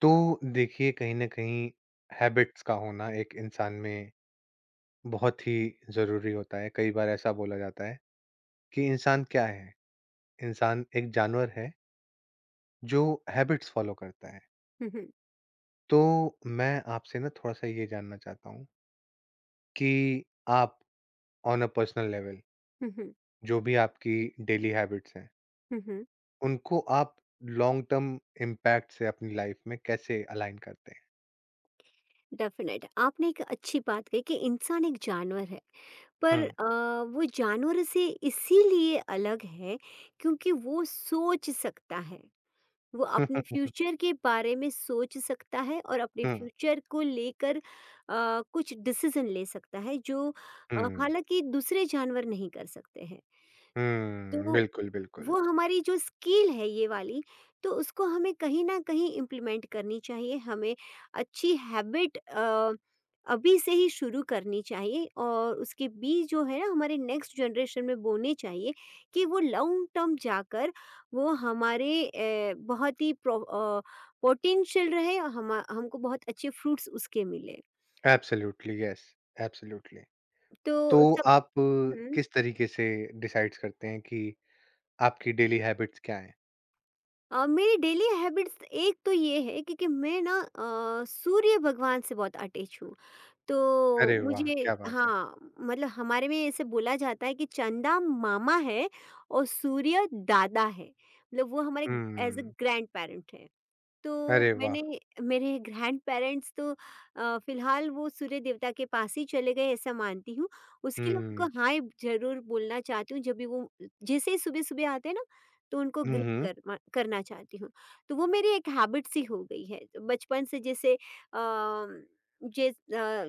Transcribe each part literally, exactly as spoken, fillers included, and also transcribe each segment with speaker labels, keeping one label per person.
Speaker 1: तो देखिए, कहीं ना कहीं हैबिट्स का होना एक इंसान में बहुत ही जरूरी होता है। कई बार ऐसा बोला जाता है कि इंसान क्या है। इंसान एक जानवर है जो हैबिट्स फॉलो करता है।
Speaker 2: हम्म,
Speaker 1: तो मैं आपसे ना थोड़ा सा ये जानना चाहता हूँ कि आप ऑन अ पर्सनल लेवल, जो भी आपकी डेली हैबिट्स हैं,
Speaker 2: हम्म, हम्म,
Speaker 1: उनको आप लॉन्ग टर्म इम्पैक्ट से अपनी लाइफ में कैसे अलाइन करते हैं?
Speaker 2: डेफिनेट, आपने एक अच्छी बात कही कि इंसान एक जानवर है, पर
Speaker 1: हम्म।
Speaker 2: अ, वो जानवर से इसीलिए अलग है क्योंकि वो सोच सकता है। वो अपने फ्यूचर के बारे में सोच सकता है और अपने
Speaker 1: हम्म।
Speaker 2: फ्यूचर को लेकर अ, कुछ डिसीजन ले सकता है जो अ,
Speaker 1: हम्म।
Speaker 2: हालांकि दूसरे जानवर नहीं कर सकते हैं।
Speaker 1: हम्म,
Speaker 2: तो
Speaker 1: बिल्कुल, बिल्कुल।
Speaker 2: वो हमारी जो स्किल है ये वाली, तो उसको हमें कहीं ना कहीं इम्प्लीमेंट करनी चाहिए। हमें अच्छी हैबिट अभी से ही शुरू करनी चाहिए और उसके बीज जो है ना हमारे नेक्स्ट जनरेशन में बोने चाहिए कि वो लॉन्ग टर्म जाकर वो हमारे अ, बहुत ही पोटेंशियल रहे और हम हमको बहुत अच्छे फ्रूट्स उसके मिले।
Speaker 1: Absolutely yes, absolutely. तो
Speaker 2: तो सब
Speaker 1: आप अ, किस तरीके से डिसाइड्स करते हैं कि आपकी डेली हैबिट्स क्या हैं?
Speaker 2: अ, मेरी डेली हैबिट्स एक तो ये है कि, कि मैं ना अ, सूर्य भगवान से बहुत अटैच हूँ। तो
Speaker 1: अरे वाह!
Speaker 2: मुझे
Speaker 1: क्या बात है।
Speaker 2: हाँ, मतलब हमारे में ऐसे बोला जाता है कि चंदा मामा है और सूर्य दादा है। मतलब वो हमारे एज़ अ
Speaker 1: हुँ।
Speaker 2: ग्रैंडपेरेंट है। तो
Speaker 1: अरे वाह!
Speaker 2: मैंने, मेरे ग्रैंड-पेरेंट्स तो अ, फ़िलहाल वो सूर्य देवता के पास ही चले गए, ऐसा मानती हूँ। उसके लिए
Speaker 1: हुँ,
Speaker 2: उनको हाय ज़रूर बोलना चाहती हूँ, जब भी वो जैसे ही सुबह-सुबह आते हैं ना, तो उनको ग्रीट
Speaker 1: हुँ,
Speaker 2: करना करना चाहती हूँ। तो वो मेरी एक हैबिट सी हो गई है। तो बचपन से, जैसे अम, जे अ,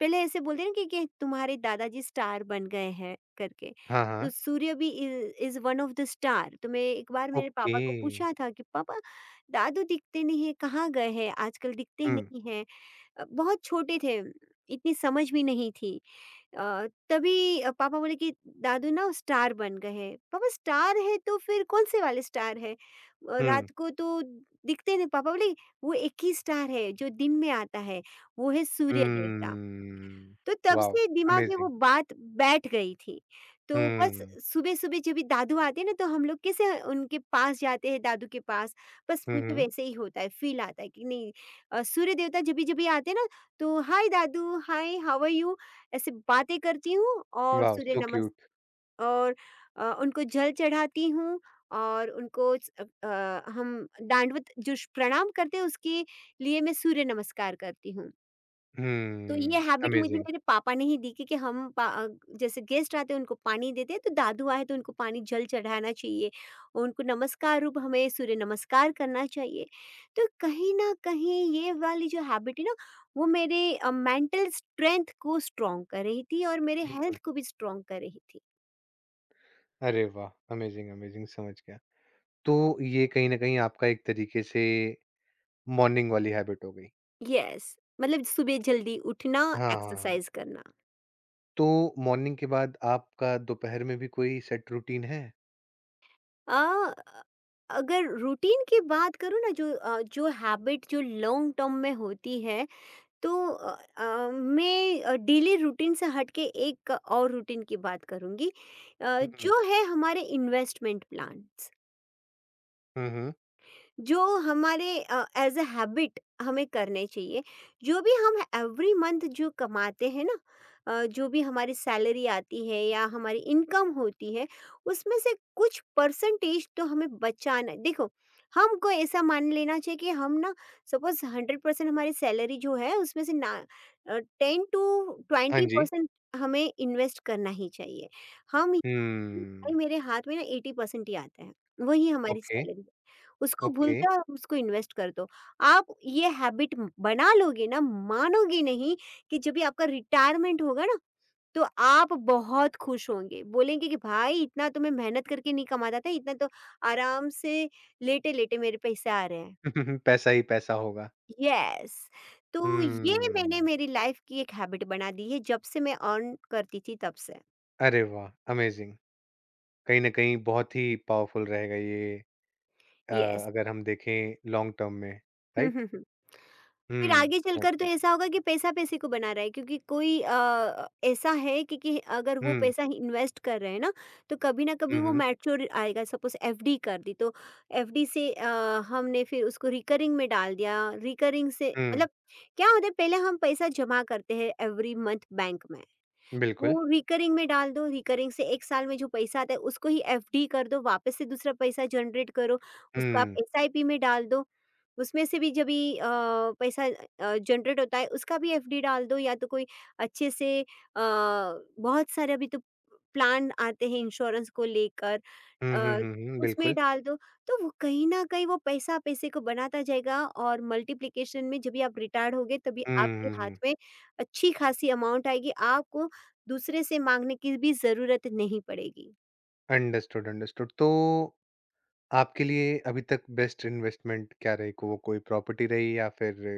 Speaker 2: पहले ऐसे बोलते हैं ना कि कि तुम्हारे दादाजी स्टार बन गए हैं करके।
Speaker 1: हाँ,
Speaker 2: तो
Speaker 1: हाँ,
Speaker 2: सूर्य भी इ is one of the star. तो मैं एक बार मेरे
Speaker 1: ओके।
Speaker 2: पापा को पूछा था कि पापा, दादू दिखते नहीं हैं, कहाँ गए हैं, आजकल दिखते
Speaker 1: हुँ,
Speaker 2: नहीं हैं। अ, बहुत छोटे थे, इतनी समझ भी नहीं थी। अ, तभी अ, पापा बोले कि दादू ना स्टार बन गए हैं। पापा, स्टार है तो फिर कौन से वाले स्टार है? अ,
Speaker 1: हुँ,
Speaker 2: रात को तो दिखते नहीं। पापा बोले वो एक ही स्टार है जो दिन में आता है, वो है सूर्य देवता।
Speaker 1: हुँ,
Speaker 2: तो तब
Speaker 1: वॉव!
Speaker 2: से दिमाग में वो
Speaker 1: अमेज़िंग।
Speaker 2: बात बैठ गई थी। तो बस
Speaker 1: हुँ,
Speaker 2: सुबह-सुबह जब ये दादू आते हैं ना तो हम लोग कैसे उनके पास जाते हैं दादू के पास, बस
Speaker 1: हुँ,
Speaker 2: मुझे
Speaker 1: हुँ,
Speaker 2: वैसे ही होता है, फ़ील आता है कि नहीं अ, सूर्य देवता जभी जभी आते हैं ना, तो हाय दादू, हाय हाउ आर यू? ऐसे बातें करती हूँ और
Speaker 1: वॉव!
Speaker 2: सूर्य
Speaker 1: सो
Speaker 2: नमस
Speaker 1: क्यूट।
Speaker 2: और अ, उनको जल चढ़ाती हूँ। और उनको अ अ, हम दंडवत जो श प्रणाम करते हैं, उसके लिए मैं सूर्य नमस्कार करती हूँ। तो ये
Speaker 1: हुँ,
Speaker 2: हैबिट मुझे
Speaker 1: अमेज़िंग।
Speaker 2: मेरे पापा ने ही दी, कि, कि हम पा अ, जैसे गेस्ट आते हैं उनको पानी देते हैं, तो दादू आए तो उनको पानी जल चढ़ाना चाहिए, उनको नमस्कार रूप हमें सूर्य नमस्कार करना चाहिए। तो कहीं न कहीं ये वाली जो हैबिट है ना वो मेरे अ, मेंटल स्ट्रेंथ को स्ट्रॉन्ग कर रही थी और मेरे
Speaker 1: हुँ।
Speaker 2: हेल्थ को भी स्ट्रॉन्ग कर रही थी।
Speaker 1: अरे वाह! अमेज़िंग, अमेज़िंग, समझ गया। तो ये कहीं न कहीं आपका एक तरीके से मॉर्निंग वाली हैबिट हो गई।
Speaker 2: येस, मतलब सुबह जल्दी उठना,
Speaker 1: हाँ,
Speaker 2: एक्सरसाइज करना।
Speaker 1: तो मॉर्निंग के बाद आपका दोपहर में भी कोई सेट रूटीन है?
Speaker 2: अ, अगर रूटीन की बात करूँ ना, जो अ, जो हैबिट जो लॉन्ग टर्म में होती है, तो अ अ, मैं अ, डेली रूटीन से हट के एक और रूटीन की बात करूँगी। अ,
Speaker 1: हुँ,
Speaker 2: जो है हमारे इन्वेस्टमेंट प्लान्स।
Speaker 1: हुँ, हुँ।
Speaker 2: जो हमारे एज अ हैबिट हमें करने चाहिए। जो भी हम एवरी मंथ जो कमाते हैं ना, अ, जो भी हमारी सैलरी आती है या हमारी इनकम होती है, उसमें से कुछ परसेंटेज तो हमें बचाना। देखो हमको ऐसा मान लेना चाहिए कि हम ना सपोज हंड्रेड परसेंट हमारी सैलरी जो है उसमें से ना टेन टू
Speaker 1: हाँ
Speaker 2: ट्वेंटी
Speaker 1: जी।
Speaker 2: परसेंट हमें इन्वेस्ट करना ही चाहिए। हम
Speaker 1: हम्म,
Speaker 2: भाई, मेरे हाथ में ना एटी परसेंट ही आता है वही हमारी
Speaker 1: ओके,
Speaker 2: सैलरी, उसको भूल
Speaker 1: ओके।
Speaker 2: जाओ, उसको इन्वेस्ट कर दो। आप ये हैबिट बना लोगे ना, मानोगे नहीं कि जब भी आपका रिटायरमेंट होगा ना, तो आप बहुत खुश होंगे। बोलेंगे कि भाई इतना तो मैं मेहनत करके नहीं कमाता था, इतना तो आराम से लेटे-लेटे मेरे पैसे आ रहे हैं।
Speaker 1: पैसा ही पैसा होगा।
Speaker 2: यस, तो ये मैंने
Speaker 1: हम्म।
Speaker 2: मेरी लाइफ़ की एक हैबिट बना दी है जब से मैं अर्न करती थी तब से।
Speaker 1: अरे वाह! अमेज़िंग। कहीं न कहीं बहुत ही पावरफुल रहेगा ये, अ,
Speaker 2: यस।
Speaker 1: अगर हम देखें लॉन्ग टर्म में,
Speaker 2: हुँ,
Speaker 1: राइट?
Speaker 2: हुँ, हुँ। फिर
Speaker 1: हुँ,
Speaker 2: आगे
Speaker 1: समझ
Speaker 2: चलकर तो
Speaker 1: गया।
Speaker 2: ऐसा होगा कि पैसा-पैसे को बना रहा है, क्योंकि कोई अ, ऐसा है कि कि अगर वो
Speaker 1: हुँ,
Speaker 2: पैसा इन्वेस्ट कर रहे हैं ना, तो कभी ना कभी
Speaker 1: हुँ,
Speaker 2: वो
Speaker 1: हुँ,
Speaker 2: मैच्योर आएगा। सपोज़ एफडी कर दी, तो एफडी से अ, हमने फिर उसको रिकरिंग में डाल दिया। रिकरिंग से
Speaker 1: हुँ,
Speaker 2: मतलब क्या होता है, पहले हम पैसा जमा करते हैं एवरी मंथ बैंक में।
Speaker 1: बिल्कुल।
Speaker 2: वो रिकरिंग में डाल दो, रिकरिंग से एक साल में जो पैसा आता है उसको ही एफडी कर दो, वापस से दूसरा पैसा जनरेट करो, उसको आप
Speaker 1: हुँ,
Speaker 2: एसआईपी में डाल दो। उसमें से भी जब भी अ, पैसा अ, जनरेट होता है, उसका भी एफडी डाल दो, या तो कोई अच्छे से अ, बहुत सारे अभी तो प्लान आते हैं इंश्योरेंस को लेकर।
Speaker 1: हुँ, हुँ,
Speaker 2: अ,
Speaker 1: हुँ, हुँ,
Speaker 2: उसमें
Speaker 1: बिल्कुल।
Speaker 2: डाल दो, तो वो कहीं न कहीं वो पैसा पैसे को बनाता जाएगा और मल्टीप्लिकेशन में जब भी आप रिटायर्ड होगे तभी
Speaker 1: हुँ,
Speaker 2: आपके
Speaker 1: हुँ,
Speaker 2: हाथ
Speaker 1: हुँ।
Speaker 2: में अच्छी-खासी अमाउंट आएगी, आपको दूसरे से माँगने की भी ज़रूरत नहीं पड़ेगी।
Speaker 1: Understood, understood. तो आपके लिए अभी तक बेस्ट इन्वेस्टमेंट क्या रही? को वो कोई प्रॉपर्टी रही या फिर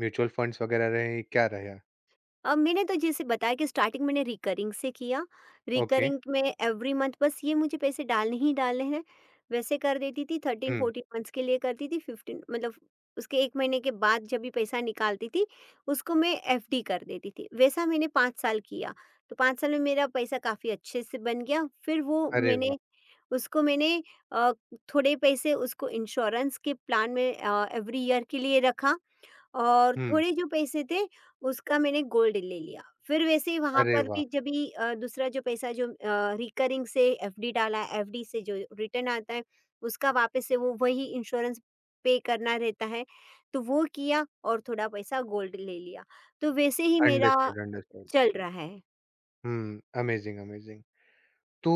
Speaker 1: म्यूचुअल फंड्स वगैरह रहे, क्या रहा?
Speaker 2: अब मैंने तो जैसे बताया कि स्टार्टिंग मैंने रिकरिंग से किया।
Speaker 1: ओके,
Speaker 2: रिकरिंग में एवरी मंथ बस ये मुझे पैसे डालने ही डालने हैं, वैसे कर देती थी। थर्टीन
Speaker 1: हुँ।
Speaker 2: फोर्टीन मंथ्स के लिए करती थी, फिफ्टीन मतलब उसके एक महीने के बाद जब भी पैसा निकालती थी, उसको मैं एफडी कर देती थी। वैसा मैंने पाँच साल किया, तो पाँच साल में मेरा पैसा काफ़ी अच्छे से बन गया। फिर वो
Speaker 1: अरे वाह!
Speaker 2: मैंने उसको मैंने अ, थोड़े पैसे उसको इंश्योरेंस के प्लान में एवरी ईयर के लिए रखा और
Speaker 1: हुँ।
Speaker 2: थोड़े जो पैसे थे उसका मैंने गोल्ड ले लिया। फिर वैसे ही वहाँ
Speaker 1: अरे
Speaker 2: पर
Speaker 1: वाह!
Speaker 2: भी जब भी अ, दूसरा जो पैसा जो अ, रिकरिंग से एफडी डाला, एफडी से जो रिटर्न आता है, उसका वापस से वो वही इंश्योरेंस पे करना रहता है, तो वो किया और थोड़ा पैसा गोल्ड ले लिया। तो वैसे ही मेरा
Speaker 1: अंडरस्टूड, अंडरस्टूड।
Speaker 2: चल रहा है।
Speaker 1: हुँ, अमेज़िंग, अमेज़िंग। तो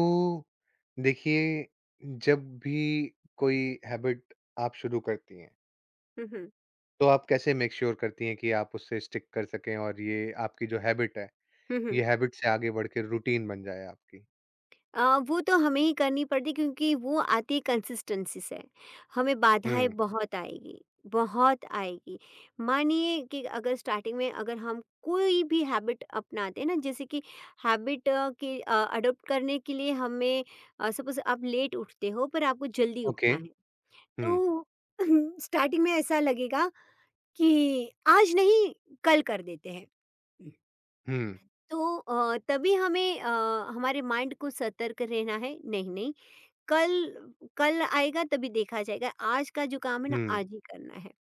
Speaker 1: देखिए, जब भी कोई हैबिट आप शुरू करती हैं,
Speaker 2: हुँ, हुँ।
Speaker 1: तो आप कैसे मेक श्योर करती हैं कि आप उससे स्टिक कर सकें, और ये आपकी जो हैबिट है,
Speaker 2: हुँ, हुँ।
Speaker 1: ये हैबिट से आगे बढ़ के रूटीन बन जाए आपकी?
Speaker 2: अ, वो तो हमें ही करनी पड़ती, क्योंकि वो आती है कंसिस्टेंसी से। हमें बाधाएँ
Speaker 1: हुँ,
Speaker 2: बहुत आएगी, बहुत आएगी। मानिए कि अगर स्टार्टिंग में अगर हम कोई भी हैबिट अपनाते हैं ना, जैसे कि हैबिट के अ, अडॉप्ट करने के लिए हमें अ, सपोज़ आप लेट उठते हो पर आपको जल्दी
Speaker 1: ओके।
Speaker 2: उठना है।
Speaker 1: हुँ,
Speaker 2: तो स्टार्टिंग में ऐसा लगेगा कि आज नहीं कल कर देते हैं।
Speaker 1: हुँ,
Speaker 2: तो अ, तभी हमें अ, हमारे माइंड को सतर्क रहना है, नहीं, नहीं, कल कल आएगा तभी देखा जाएगा, आज का जो काम है ना
Speaker 1: हुँ।
Speaker 2: आज ही करना है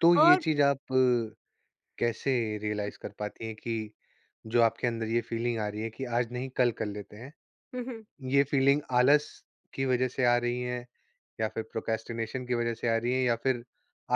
Speaker 1: तो ये
Speaker 2: और
Speaker 1: चीज़ आप अ, कैसे रियलाइज़ कर पाती हैं कि जो आपके अंदर ये फीलिंग आ रही है कि आज नहीं, कल कर लेते हैं,
Speaker 2: हुँ, हुँ।
Speaker 1: ये फीलिंग आलस की वज़ह से आ रही है या फिर प्रोक्रेस्टिनेशन की वज़ह से आ रही है, या फिर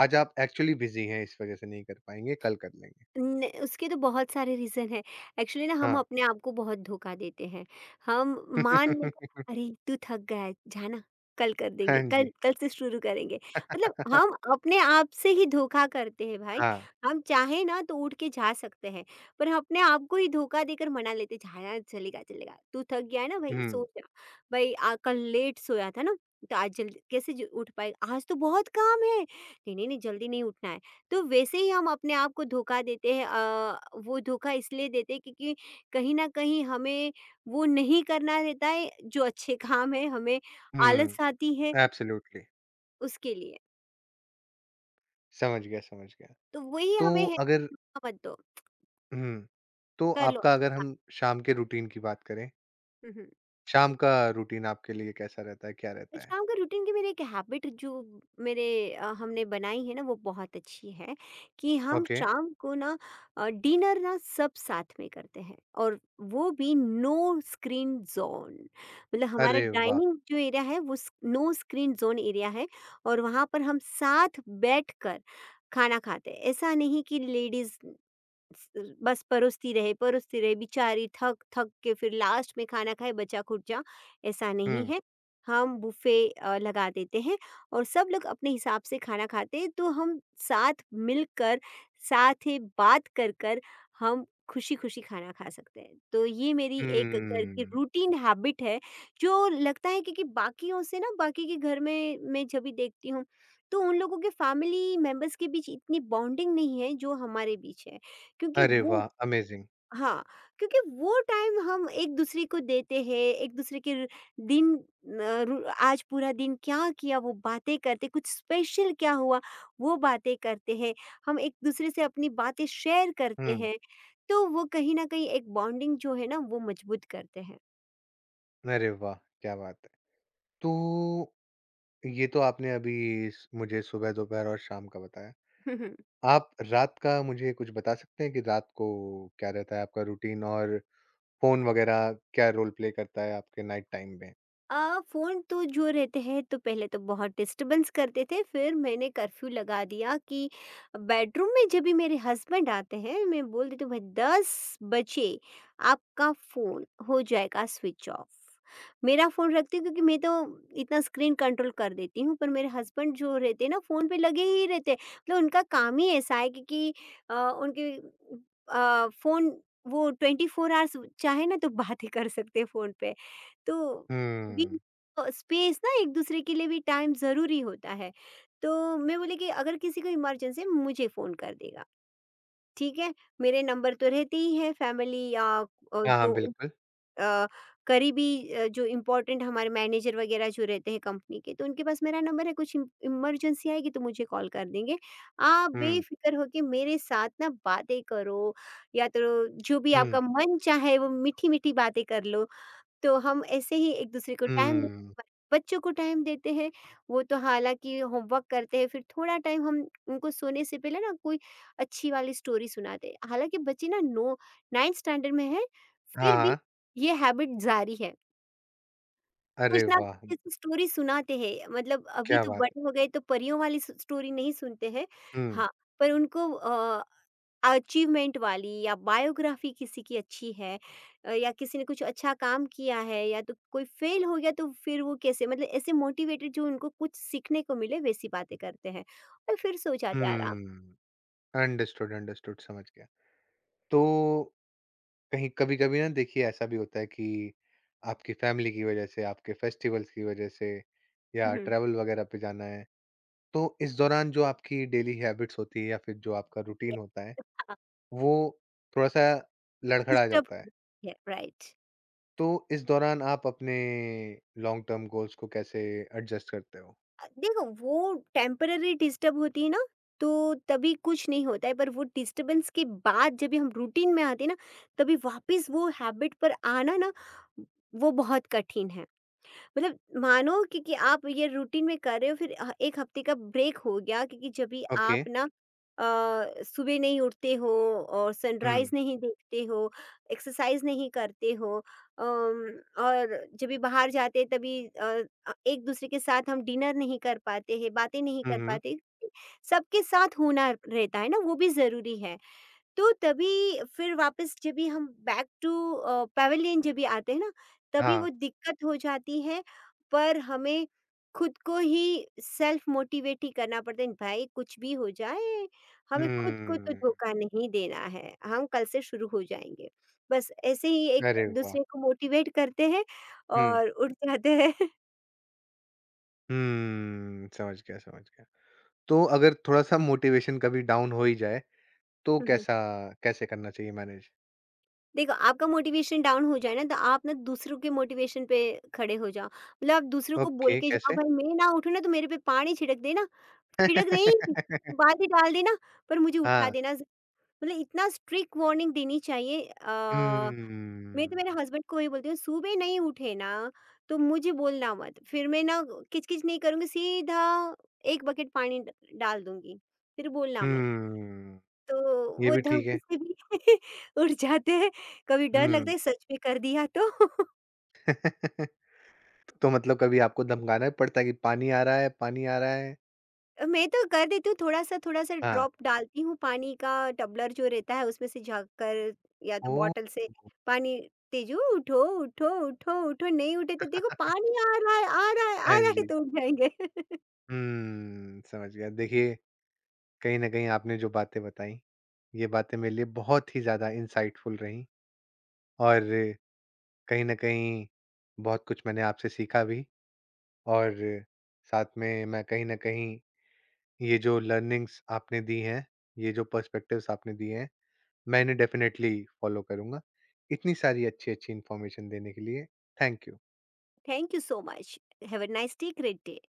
Speaker 1: आज आप एक्चुअली बिज़ी हैं, इस वज़ह से नहीं कर पाएँगे, कल कर लेंगे?
Speaker 2: न उसके तो बहुत सारे रीज़न हैं। एक्चुअली ना हम
Speaker 1: हाँ।
Speaker 2: अपने आप को बहुत धोखा देते हैं। हम मान लेते, अरे! तू थक गया है, जा ना, कल कर
Speaker 1: हाँ
Speaker 2: देंगे,
Speaker 1: जी।
Speaker 2: कल कल से शुरू करेंगे। मतलब हम अपने आप से ही धोखा करते हैं भाई।
Speaker 1: हाँ।
Speaker 2: हम चाहें ना तो उठ के जा सकते हैं, पर हम अपने आप को ही धोखा देकर मना लेते हैं, "जा यार, चलेगा, चलेगा। तू थक गया है ना भई,
Speaker 1: हुँ,
Speaker 2: सो जा। भई आ कल लेट सोया था ना, तो आज जल्दी कैसे ज उठ पाएगा? आज तो बहुत काम है। नहीं, नहीं, नहीं, जल्दी नहीं उठना है।" तो वैसे ही हम अपने आप को धोखा देते हैं। अ, वो धोखा इसलिए देते हैं क्योंकि कहीं न कहीं हमें वो नहीं करना रहता है जो अच्छे काम है, हमें
Speaker 1: हुँ,
Speaker 2: आलस आती है
Speaker 1: एब्सोल्युटली।
Speaker 2: उसके लिए।
Speaker 1: समझ गया, समझ गया।
Speaker 2: तो वही
Speaker 1: तो
Speaker 2: हमें है,
Speaker 1: अगर
Speaker 2: धोखा मत दो,
Speaker 1: हुँ, तो
Speaker 2: कर लो
Speaker 1: आपका, अगर
Speaker 2: अच्छा काम।
Speaker 1: हम शाम के रूटीन की बात करें?
Speaker 2: हुँ, हुँ।
Speaker 1: शाम का रूटीन आपके लिए कैसा रहता है? क्या रहता है?
Speaker 2: शाम का रूटीन की मेरी एक हैबिट जो मेरे, अ, हमने बनाई है ना वो बहुत अच्छी है। कि हम
Speaker 1: ओके।
Speaker 2: शाम को ना डिनर ना सब साथ में करते हैं, और वो भी नो स्क्रीन जोन। मतलब हमारा
Speaker 1: अरे वाह!
Speaker 2: डाइनिंग जो एरिया है वो नो स्क्रीन जोन एरिया है, और वहाँ पर हम साथ बैठ कर खाना खाते हैं। ऐसा नहीं कि लेडीज स- बस परोसती रहे परोसती रहे बेचारी, थक थक के फिर लास्ट में खाना खाए बचा खुचा। ऐसा नहीं
Speaker 1: हुँ।
Speaker 2: है, हम बुफे अ, लगा देते हैं और सब लोग अपने हिसाब से खाना खाते हैं। तो हम साथ मिलकर, साथ ही बात कर कर हम खुशी खुशी खाना खा सकते हैं। तो ये मेरी एक घर की
Speaker 1: हम्म।
Speaker 2: रूटीन हैबिट है जो लगता है क्योंकि बाकियों से ना, बाकी के घर में मैं जब भी देखती हूँ, तो उन लोगों के फैमिली मेंबर्स के बीच इतनी बॉन्डिंग नहीं है जो हमारे बीच है। क्योंकि
Speaker 1: अरे
Speaker 2: वो
Speaker 1: वाह! अमेज़िंग।
Speaker 2: हाँ, क्योंकि वो टाइम हम एक-दूसरे को देते हैं, एक-दूसरे के र- दिन अ, रु आज पूरा दिन क्या किया वो बातें करते, कुछ स्पेशल क्या हुआ वो बातें करते हैं। हम एक-दूसरे से अपनी बातें शेयर करते
Speaker 1: हुँ।
Speaker 2: हैं, तो वो कहीं न कहीं एक बॉन्डिंग जो है ना वो मजबूत करते हैं।
Speaker 1: अरे वाह! क्या बात है। तो ये तो आपने अभी स मुझे सुबह, दोपहर और शाम का बताया। आप रात का मुझे कुछ बता सकते हैं कि रात को क्या रहता है आपका रूटीन, और फ़ोन वग़ैरह क्या रोल प्ले करता है आपके नाइट टाइम में?
Speaker 2: अ, फ़ोन तो जो रहते हैं तो पहले तो बहुत डिस्टर्बेंस करते थे, फिर मैंने कर्फ्यू लगा दिया कि बेडरूम में जब भी मेरे हस्बैंड आते हैं मैं बोल देती हूँ, भाई दस बजे आपका फ़ोन हो जाएगा स्विच ऑफ। मेरा फ़ोन रखती हूँ क्योंकि मैं तो इतना स्क्रीन कंट्रोल कर देती हूँ पर मेरे हस्बैंड जो रहते हैं ना फ़ोन पे लगे ही रहते हैं। मतलब उनका काम ही ऐसा है क्योंकि अ, उनके अ, फ़ोन वो ट्वेंटी फ़ोर आवर्स चाहे ना तो बातें कर सकते हैं फ़ोन पे। तो भी
Speaker 1: हुँ।
Speaker 2: तो स्पेस ना, एक दूसरे के लिए भी टाइम ज़रूरी होता है। तो मैं बोली कि अगर किसी को इमरजेंसी है मुझे फ़ोन कर देगा, ठीक है? मेरे नंबर तो रहते ही हैं फैमिली या अ,
Speaker 1: हाँ, हाँ,
Speaker 2: जो
Speaker 1: बिल्कुल।
Speaker 2: अ, करीबी अ, जो इम्पोर्टेंट हमारे मैनेजर वगैरह जो रहते हैं कंपनी के, तो उनके पास मेरा नंबर है। कुछ इम इमरजेंसी आएगी तो मुझे कॉल कर देंगे। आप
Speaker 1: हुँ,
Speaker 2: बेफ़िक्र होके मेरे साथ ना बातें करो या तो जो भी
Speaker 1: हुँ,
Speaker 2: आपका मन चाहे वो मीठी-मीठी बातें कर लो। तो हम ऐसे ही एक दूसरे को टाइम,
Speaker 1: हुँ।
Speaker 2: बच्चों को टाइम देते हैं। वो तो हालाँकि होमवर्क करते हैं, फिर थोड़ा टाइम हम उनको सोने से पहले ना कोई अच्छी वाली स्टोरी सुनाते हैं। हालाँकि बच्चे ना नो नाइंथ स्टैंडर्ड में है,
Speaker 1: हाँ,
Speaker 2: फिर भी
Speaker 1: हाँ।
Speaker 2: ये हैबिट जारी है।
Speaker 1: अरे
Speaker 2: कुछ ना
Speaker 1: वाह!
Speaker 2: कुछ स्टोरी सुनाते हैं। मतलब अभी
Speaker 1: क्या
Speaker 2: तो
Speaker 1: बात है।
Speaker 2: बड़े हो गए तो परियों वाली स- स्टोरी नहीं सुनते हैं।
Speaker 1: हुँ,
Speaker 2: हाँ, पर उनको अ, अचीवमेंट वाली या बायोग्राफी किसी की अच्छी है, अ, या किसी ने कुछ अच्छा काम किया है या तो कोई फेल हो गया तो फिर वो कैसे, मतलब ऐसे मोटिवेटेड जो उनको कुछ सीखने को मिले वैसी बातें करते हैं और फिर सो जाते हैं आराम।
Speaker 1: हुँ। अंडरस्टूड, अंडरस्टूड, समझ गया। तो कहीं कभी-कभी ना देखिए, ऐसा भी होता है कि आपकी फैमिली की वजह से, आपके फेस्टिवल्स की वजह से, या
Speaker 2: हम्म,
Speaker 1: ट्रैवल वगैरह पे जाना है, तो इस दौरान जो आपकी डेली हैबिट्स होती है या फिर जो आपका
Speaker 2: ये,
Speaker 1: रूटीन होता है,
Speaker 2: हाँ,
Speaker 1: वो थोड़ा-सा लड़खड़ा जाता है।
Speaker 2: डिस्टर्ब है राइट।
Speaker 1: तो इस दौरान आप अपने लॉन्ग टर्म गोल्स को कैसे एडजस्ट करते हो?
Speaker 2: अ, देखो वो टेम्पररी डिस्टर्ब होती है ना, तो तभी कुछ नहीं होता है, पर वो डिस्टरबेंस के बाद जब भी हम रूटीन में आते हैं ना, तभी वापस वो हैबिट पर आना ना, वो बहुत कठिन है। मतलब मानो कि, कि आप ये रूटीन में कर रहे हो, फिर ह- एक हफ्ते का ब्रेक हो गया। क्योंकि जब भी
Speaker 1: ओके।
Speaker 2: आप ना अ, सुबह नहीं उठते हो और
Speaker 1: हुँ।
Speaker 2: सनराइज नहीं देखते हो, एक्सरसाइज नहीं करते हो अम, और जब भी बाहर जाते तभी अ, अ, एक दूसरे के साथ हम डिनर नहीं कर पाते हैं, बातें नहीं
Speaker 1: हुँ,
Speaker 2: कर
Speaker 1: हुँ।
Speaker 2: पाते। सबके साथ होना रहता है ना, वो भी जरूरी है। तो तभी फिर वापस जब भी हम बैक टू अ, पैवेलियन जब भी आते हैं ना, तभी
Speaker 1: हाँ।
Speaker 2: वो दिक्कत हो जाती है। पर हमें खुद को ही सेल्फ मोटिवेट ही करना पड़ता है, भाई कुछ भी हो जाए, हमें खुद को तो
Speaker 1: हम्म।
Speaker 2: धोखा नहीं देना है, हम कल से शुरू हो जाएँगे। बस ऐसे ही
Speaker 1: अरे वाह!
Speaker 2: एक-दूसरे को मोटिवेट करते हैं
Speaker 1: हुँ।
Speaker 2: और उठ जाते हैं।
Speaker 1: हम्म, समझ गया, समझ गया। तो अगर थोड़ा-सा मोटिवेशन कभी डाउन हो ही जाए, तो कैसा कैसे करना चाहिए मैनेज?
Speaker 2: देखो, आपका मोटिवेशन डाउन हो जाए ना तो आप ना दूसरों के मोटिवेशन पे खड़े हो जाओ। मतलब आप दूसरों को बोल
Speaker 1: ओके,
Speaker 2: के जाओ
Speaker 1: कैसे?
Speaker 2: भाई मैं ना उठूँ ना तो मेरे पे पानी छिड़क देना, छिड़क नहीं बाल्टी डाल देना पर मुझे उठा
Speaker 1: हाँ।
Speaker 2: देना। मतलब इतना स्ट्रिक्ट वार्निंग देनी चाहिए। अ, मैं तो
Speaker 1: हम्म,
Speaker 2: मेरे हस्बैंड को ये बोलती हूँ सुबह नहीं उठे ना तो मुझे बोलना मत। फिर मैं ना किच-किच नहीं करूँगी, सीधा एक बकेट पानी ड डाल दूँगी। फिर बोलना मत।
Speaker 1: हम्म,
Speaker 2: तो
Speaker 1: ये
Speaker 2: वो
Speaker 1: भी ठीक
Speaker 2: धमकी
Speaker 1: है।
Speaker 2: से भी उठ जाते हैं। कभी डर लगता
Speaker 1: हुँ।
Speaker 2: है सच में कर दिया तो।
Speaker 1: तो मतलब कभी आपको धमकाना भी पड़ता है कि पानी आ रहा है, पानी आ रहा है?
Speaker 2: मैं तो कर देती हूँ, थोड़ा-सा थोड़ा-सा
Speaker 1: हाँ।
Speaker 2: ड्रॉप डालती हूँ पानी का। टबलर जो रहता है उसमें से झाँक कर या तो
Speaker 1: ओह!
Speaker 2: बॉटल से पानी, तेजू उठो, उठो, उठो, उठो नहीं उठे तो देखो पानी आ रहा है, आ रहा है,
Speaker 1: हाँ
Speaker 2: आ रहा है,
Speaker 1: जी।
Speaker 2: तो उठ जाएँगे।
Speaker 1: हुँ, समझ गया। देखिए, कहीं न कहीं आपने जो बातें बताई, ये बातें मेरे लिए बहुत ही ज़्यादा इनसाइटफुल रहीं, और कहीं न कहीं बहुत कुछ मैंने आपसे सीखा भी, और साथ में मैं कहीं न कहीं, ये जो लर्निंग्स आपने दी हैं, ये जो पर्सपेक्टिव्स आपने दिए हैं, मैं इन्हें डेफ़िनेटली फ़ॉलो करूँगा। इतनी सारी अच्छी-अच्छी इन्फॉर्मेशन देने के लिए thank you.
Speaker 2: Thank you so much. Have a nice day, great day.